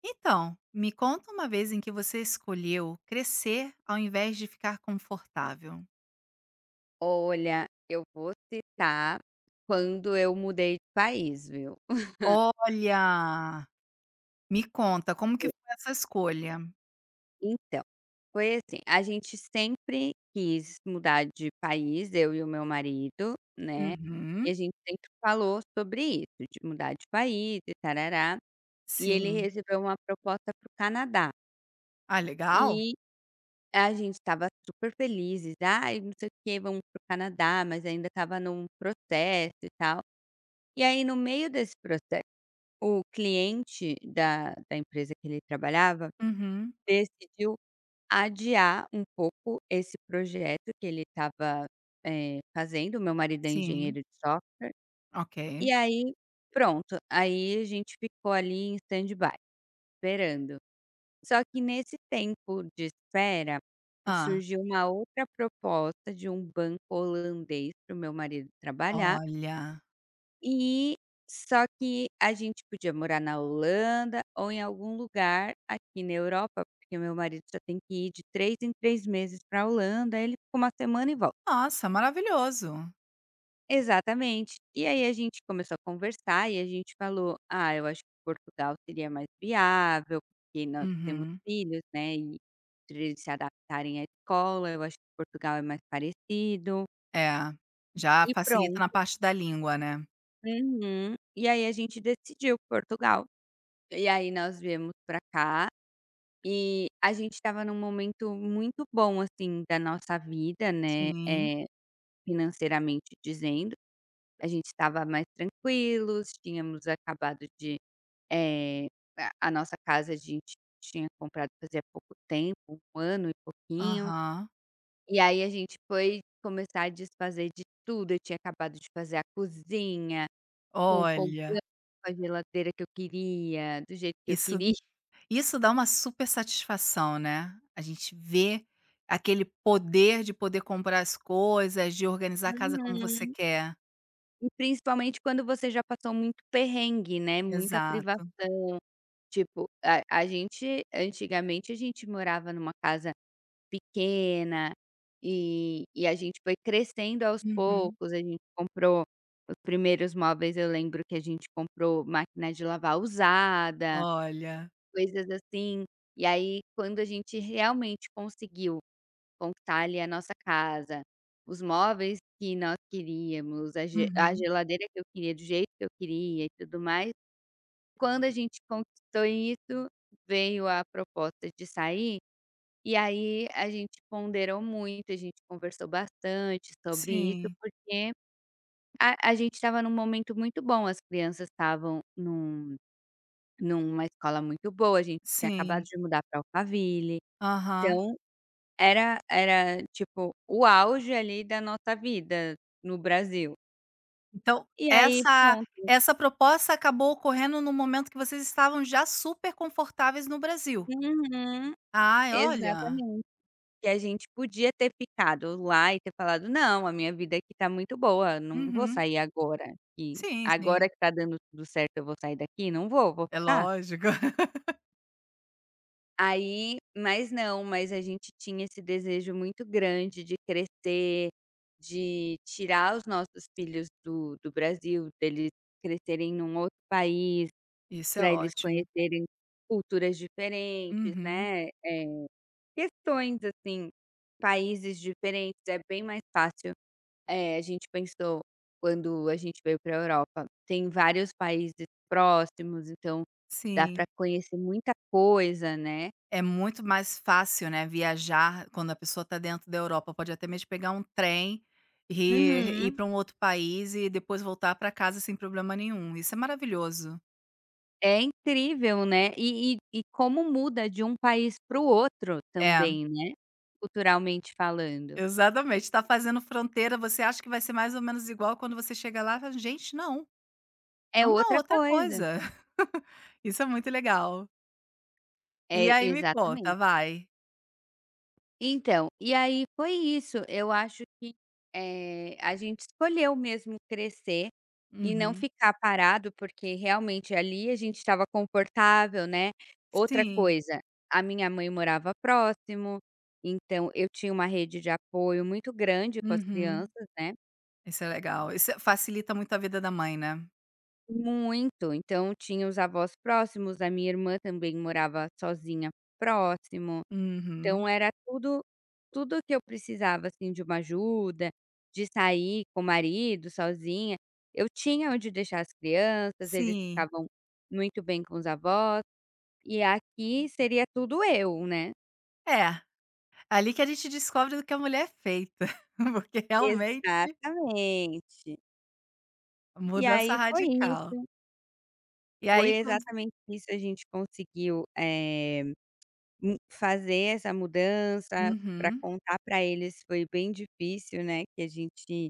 Então, me conta uma vez em que você escolheu crescer ao invés de ficar confortável. Olha, eu vou citar quando eu mudei de país, viu. Olha! Me conta, como que foi essa escolha? Então, foi assim, a gente sempre quis mudar de país, eu e o meu marido, né, e Uhum, a gente sempre falou sobre isso, de mudar de país e tarará, e ele sim. recebeu uma proposta para o Canadá. Ah, legal. E a gente estava super felizes, "Ai, não sei o que, vamos para o Canadá", mas ainda estava num processo e tal. E aí, no meio desse processo, o cliente da empresa que ele trabalhava Uhum, decidiu adiar um pouco esse projeto que ele estava, fazendo. Meu marido é sim. engenheiro de software. Ok. E aí, pronto, aí a gente ficou ali em stand-by, esperando. Só que nesse tempo de espera, Ah, surgiu uma outra proposta de um banco holandês para o meu marido trabalhar. olha! E só que a gente podia morar na Holanda ou em algum lugar aqui na Europa, porque meu marido só tem que ir de 3 em 3 meses para a Holanda, aí ele fica uma semana e volta. Nossa, maravilhoso. Exatamente. E aí a gente começou a conversar e a gente falou: "Ah, eu acho que Portugal seria mais viável, porque nós temos Uhum. filhos, né, e pra eles se adaptarem à escola, eu acho que Portugal é mais parecido". É, já E facilita na pronto. parte da língua, né. Uhum. E aí a gente decidiu Portugal. E aí nós viemos pra cá, e a gente estava num momento muito bom, assim, da nossa vida, né, Sim. Financeiramente dizendo. A gente estava mais tranquilos, tínhamos acabado de, eh, a nossa casa a gente tinha comprado fazia pouco tempo, um ano e pouquinho. Aham. E aí a gente foi começar a desfazer de tudo. Eu tinha acabado de fazer a cozinha, com o fogão, Olha, com a geladeira que eu queria, do jeito que eu isso queria. Isso. Dá uma super satisfação, né. A gente vê aquele poder de poder comprar as coisas, de organizar a casa como você Uhum. quer. E principalmente quando você já passou muito perrengue, né, muita privação, Exato. tipo, a gente antigamente a gente morava numa casa pequena, e a gente foi crescendo aos Uhum. poucos, a gente comprou os primeiros móveis, eu lembro que a gente comprou máquina de lavar usada, Olha. coisas assim, e aí quando a gente realmente conseguiu conquistar ali a nossa casa, os móveis que nós queríamos, a Uhum. geladeira que eu queria do jeito que eu queria e tudo mais. Quando a gente conquistou isso, veio a proposta de sair, e aí a gente ponderou muito, a gente conversou bastante sobre isso, Sim, porque a gente estava num momento muito bom, as crianças estavam numa escola muito boa, a gente tinha acabado sim. de mudar pra Alphaville, Aham. então era, tipo, o auge ali da nossa vida no Brasil. Então E aí essa pronto. essa proposta acabou ocorrendo no momento que vocês estavam já super confortáveis no Brasil. Uhum, Ai, olha. exatamente. Que a gente podia ter ficado lá e ter falado: "Não, a minha vida aqui tá muito boa, não vou Uhum. sair Sim, agora sim. que tá dando tudo certo eu vou sair daqui, não vou, vou É ficar". lógico. Aí mas não, mas a gente tinha esse desejo muito grande de crescer, de tirar os nossos filhos do Brasil, deles crescerem num outro país. Isso é Para eles ótimo. conhecerem culturas diferentes, Uhum. né, questões, assim, países diferentes, é bem mais fácil. A gente pensou quando a gente veio para a Europa, tem vários países próximos, então dá para Sim. conhecer muita coisa, né. É muito mais fácil, né, viajar quando a pessoa está dentro da Europa, pode até mesmo pegar um trem e ir Uhum. para um outro país e depois voltar para casa sem problema nenhum, isso é maravilhoso. É incrível, né, e como muda de um país para o outro É, também, né, culturalmente falando. exatamente, tá fazendo fronteira, você acha que vai ser mais ou menos igual, quando você chega lá fala: "Gente, não, É é uma outra outra coisa. coisa". Isso é muito legal. E É, aí me conta, exatamente. vai. Então, e aí foi isso, eu acho que, a gente escolheu mesmo crescer e não Uhum. ficar parado, porque realmente ali a gente estava confortável, né. Outra Sim. coisa, a minha mãe morava próximo, então eu tinha uma rede de apoio muito grande com as Uhum. crianças, né. Isso é legal, isso facilita muito a vida da mãe, né. Muito, então tinha os avós próximos, a minha irmã também morava sozinha próximo. Uhum. Então era tudo que eu precisava, assim, de uma ajuda, de sair com o marido sozinha, eu tinha onde deixar as crianças, eles Sim. ficavam muito bem com os avós, e aqui seria tudo eu, né. É, ali que a gente descobre do que a mulher é feita, porque realmente Exatamente. E mudança aí foi radical. isso, E foi aí quando exatamente isso, a gente conseguiu, fazer essa mudança, para uhum, contar para eles foi bem difícil, né, que a gente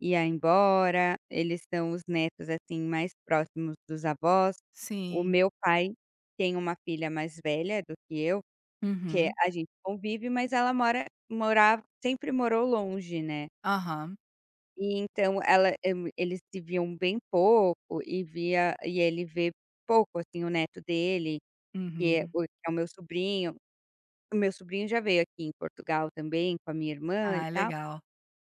ia embora, eles são os netos, assim, mais próximos dos avós. O sim, meu pai tem uma filha mais velha do que eu, que uhum, a gente convive, mas ela mora morava sempre morou longe, né. aham, E então ela eu eles se viam bem pouco e ele vê pouco, assim, o neto dele, uhum. Que é o meu sobrinho. O meu sobrinho já veio aqui em Portugal também com a minha irmã e Ah, tal, legal.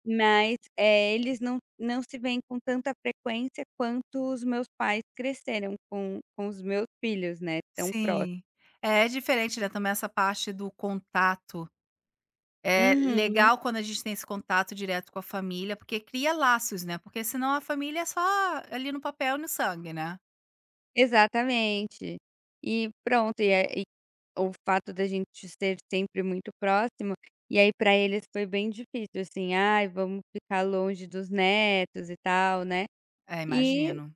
mas, eles não se veem com tanta frequência quanto os meus pais cresceram com os meus filhos, né, tão próximos. Sim, é, é diferente, né, também essa parte do contato. É Uhum, legal quando a gente tem esse contato direto com a família, porque cria laços, né, porque senão a família é só ali no papel e no sangue, né. exatamente. E pronto, o fato da gente ser sempre muito próximo, e aí para eles foi bem difícil assim: "Ai, vamos ficar longe dos netos e tal", né. É, E imagino.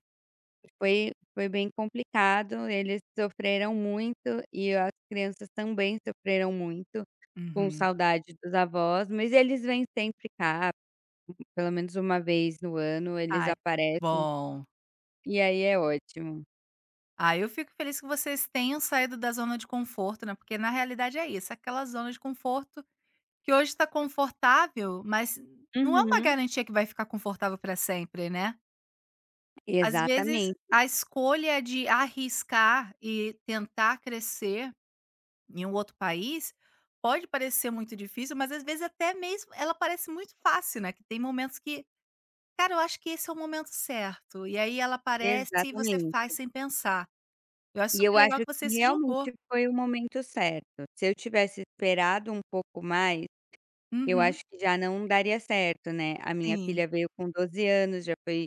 foi bem complicado, eles sofreram muito e as crianças também sofreram muito com Uhum. saudade dos avós, mas eles vêm sempre cá, pelo menos uma vez no ano eles Ai, que aparecem, bom. e aí é ótimo. Ah, eu fico feliz que vocês tenham saído da zona de conforto, né, porque na realidade é isso, aquela zona de conforto que hoje está confortável, mas não é uma Uhum. garantia que vai ficar confortável para sempre, né. Às vezes, Exatamente, a escolha de arriscar e tentar crescer em um outro país pode parecer muito difícil, mas às vezes até mesmo ela parece muito fácil, né, que tem momentos que: "Cara, eu acho que esse é o momento certo", e aí ela aparece e você faz exatamente. sem pensar. Eu acho E super eu acho legal que que você se jogou. realmente foi o momento certo. Se eu tivesse esperado um pouco mais, eu Uhum, acho que já não daria certo, né. A minha sim, filha veio com 12 anos, já foi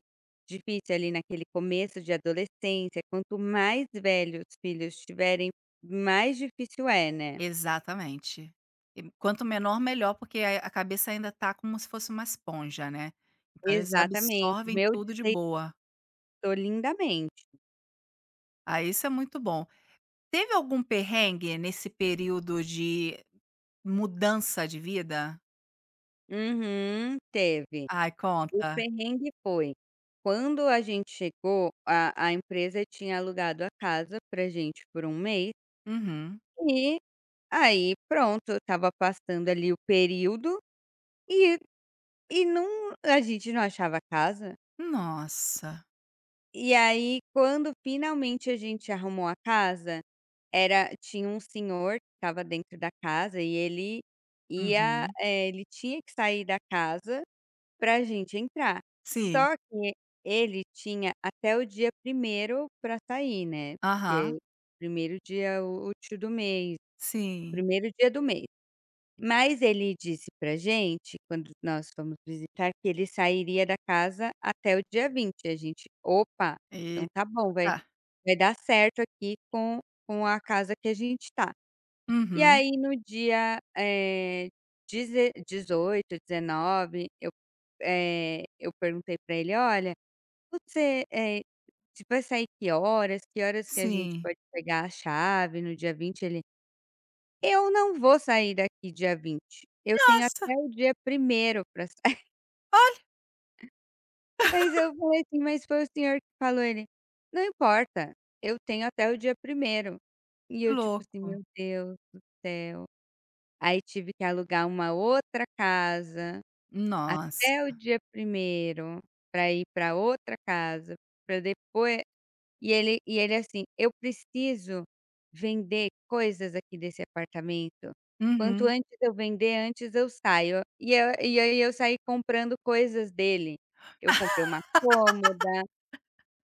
difícil ali naquele começo de adolescência, quanto mais velhos os filhos tiverem, mais difícil é, né. exatamente. E quanto menor, melhor, porque a cabeça ainda tá como se fosse uma esponja, né, então eles Exatamente, o absorvem meu tudo de desejou boa. lindamente. Ah, isso é muito bom. Teve algum perrengue nesse período de mudança de vida? Uhum, teve. Ai, O conta. perrengue foi, quando a gente chegou, a empresa tinha alugado a casa pra gente por um mês, Uhum. e aí pronto, estava passando ali o período e. E a gente não achava casa, Nossa. e aí quando finalmente a gente arrumou a casa, era tinha um senhor que estava dentro da casa e Uhum. Ele tinha que sair da casa para a gente entrar. Sim. Só que ele tinha até o dia primeiro para sair, né, Aham. porque 1º dia útil do mês, Sim. primeiro dia do mês. Mas ele disse pra gente, quando nós fomos visitar, que ele sairia da casa até o dia 20. A gente: "Opa, então Eita. tá bom, vai dar certo aqui com a casa que a gente tá". E Uhum. aí no dia, deze 18, 19, eu perguntei pra ele: "Olha, você, vai sair que horas? Que horas que a gente Sim. pode pegar a chave no dia 20?" Ele: "Eu não vou sair daqui dia 20. Eu tenho Nossa, até o dia primeiro para sair." olha Mas eu falei assim: "Mas foi o senhor que falou", ele: "Não importa, eu tenho até o dia primeiro". E que eu tipo assim: louco. "Meu Deus do céu". Aí tive que alugar uma outra casa até Nossa. o dia primeiro para ir para outra casa, para depois. E ele assim: "Eu preciso vender coisas aqui desse apartamento. Quanto Uhum. antes eu vender, antes eu saio". E aí eu saí comprando coisas dele. Eu comprei uma cômoda,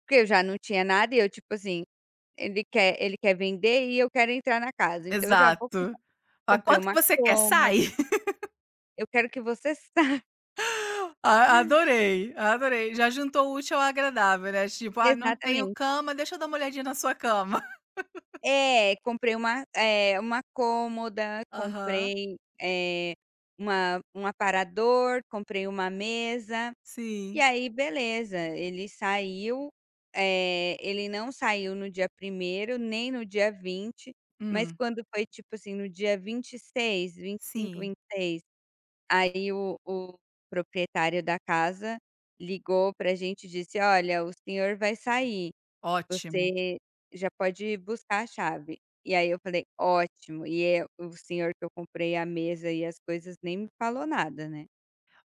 porque eu já não tinha nada e eu tipo assim, ele quer vender e eu quero entrar na casa, então eu já vou Exato. comprar. "Ah, Comprei quanto que uma você quer? Sai!" cômoda. Eu quero que você saiba A adorei, adorei. Já juntou o útil ao agradável, né, tipo: "Ah, não tenho exatamente. cama, deixa eu dar uma olhadinha na sua cama". É, comprei uma cômoda, Aham. comprei, uma um aparador, comprei uma mesa, e Sim. aí beleza, ele saiu, ele não saiu no dia primeiro nem no dia 20, mas Hum. quando foi, tipo assim, no dia vinte e seis, 25, Sim. 26, aí o proprietário da casa ligou pra gente e disse: "Olha, o senhor vai sair. Ótimo. Você já pode buscar a chave". E aí eu falei: "Ótimo". E é o senhor que eu comprei a mesa e as coisas nem me falou nada, né.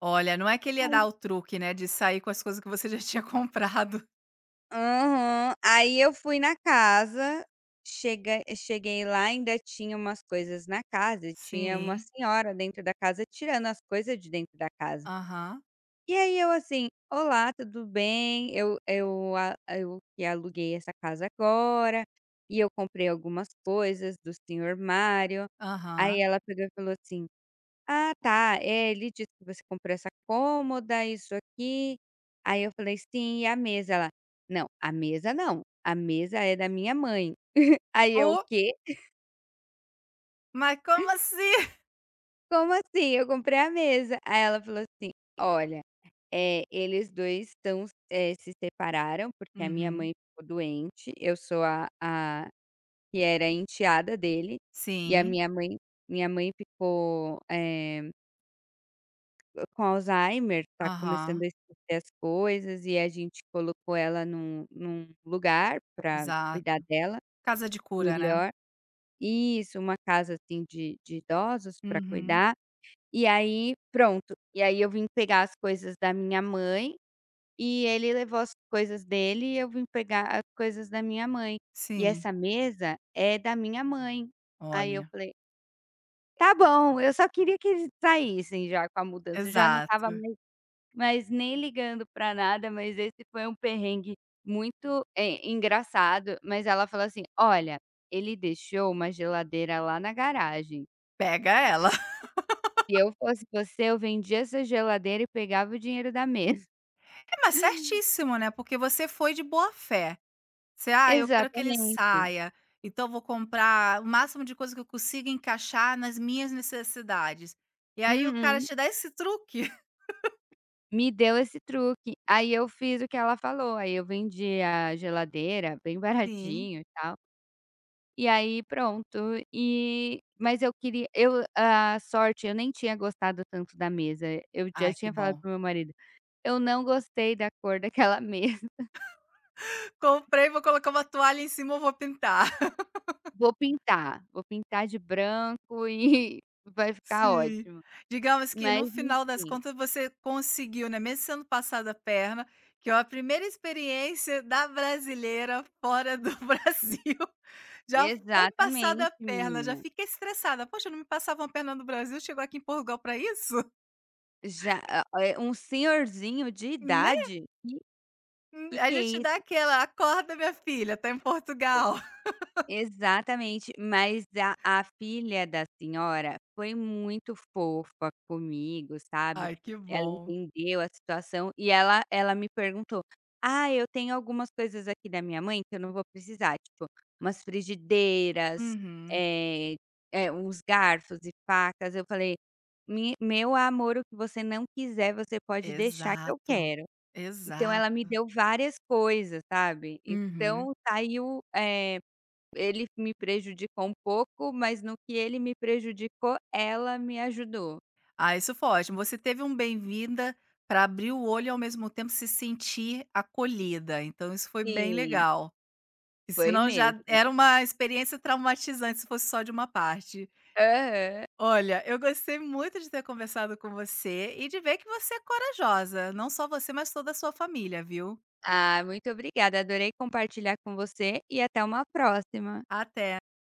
Olha, não é que ele ia dar o truque, né, de sair com as coisas que você já tinha comprado. Aham. Aí eu fui na casa, chega cheguei lá, ainda tinha umas coisas na casa e tinha uma Sim. senhora dentro da casa tirando as coisas de dentro da casa. Aham. E aí eu assim: "Olá, tudo bem? Eu que aluguei essa casa agora, e eu comprei algumas coisas do senhor Mário". Aí Aham. ela pegou e falou assim: "Ah tá, ele disse que você comprou essa cômoda, isso aqui". Aí eu falei: "Sim, e a mesa?" Ela: "Não, a mesa não, a mesa é da minha mãe". Aí eu: "O "Oh, quê? mas como assim?" Como assim? Eu comprei a mesa". Aí ela falou assim: "Olha, eles 2 estão, se separaram, porque a minha Uhum. mãe ficou doente, eu sou a que era a enteada dele, e a Sim. minha mãe ficou, eh com Alzheimer, tá começando Aham. a esquecer as coisas e a gente colocou ela num lugar para Exato. cuidar dela Casa de cura, né. melhor. Isso, uma casa, assim, de idosos para Uhum. cuidar. E aí, pronto, e aí eu vim pegar as coisas da minha mãe e ele levou as coisas dele e eu vim pegar as coisas da minha mãe. E Sim. essa mesa é da minha mãe. Aí eu Olha. falei: "Tá bom", eu só queria que eles saíssem já com a mudança, eu já não estava. Exato. Mas nem ligando pra nada, mas esse foi um perrengue muito engraçado, mas ela falou assim: "Olha, ele deixou uma geladeira lá na garagem. Pega ela. Se eu fosse você, eu vendia essa geladeira e pegava o dinheiro da mesa". É, mas certíssimo, né, porque você foi de boa fé. Você: "Ah, eu quero que ele Exatamente. saia, então eu vou comprar o máximo de coisa que eu consiga encaixar nas minhas necessidades". E aí o cara Uhum. te dá esse truque. Me deu esse truque. Aí eu fiz o que ela falou, aí eu vendi a geladeira bem Sim. baratinho e tal. E aí pronto, e mas eu queria eu a sorte, eu nem tinha gostado tanto da mesa, eu já Ai, que tinha falado bom. pro meu marido: "Eu não gostei da cor daquela mesa, "Comprei, vou colocar uma toalha em cima, eu vou pintar". Vou pintar de branco e vai ficar Sim. ótimo". Digamos que Mas no final das enfim, contas você conseguiu, né, mesmo sendo passada a perna, que é a primeira experiência da brasileira fora do Brasil, já foi passada a exatamente, perna, já menina, fica estressada: "Poxa, não me passavam a perna no Brasil, chegou aqui em Portugal para isso?". já, um senhorzinho de Né? idade, Aí que é. já dá aquela: "Acorda minha filha, tá em Portugal". Exatamente, mas a filha da senhora foi muito fofa comigo, sabe. Ai, que Ela bom. entendeu a situação e ela me perguntou: "Ah, eu tenho algumas coisas aqui da minha mãe que eu não vou precisar, tipo, umas frigideiras, Uhum. eh uns garfos e facas". Eu falei: "Mi meu amor, o que você não quiser, você pode deixar que eu Exato, quero". Então exato. ela me deu várias coisas, sabe. Uhum. Então saiu, ele me prejudicou um pouco, mas no que ele me prejudicou, ela me ajudou. Ah, isso foi ótimo. Você teve um bem-vinda para abrir o olho e ao mesmo tempo se sentir acolhida, então isso foi bem Sim. legal. E Foi senão já mesmo. era uma experiência traumatizante se fosse só de uma parte. Aham. Olha, eu gostei muito de ter conversado com você e de ver que você é corajosa, não só você, mas toda a sua família, viu. Ah, muito obrigada, adorei compartilhar com você e até uma próxima. Até.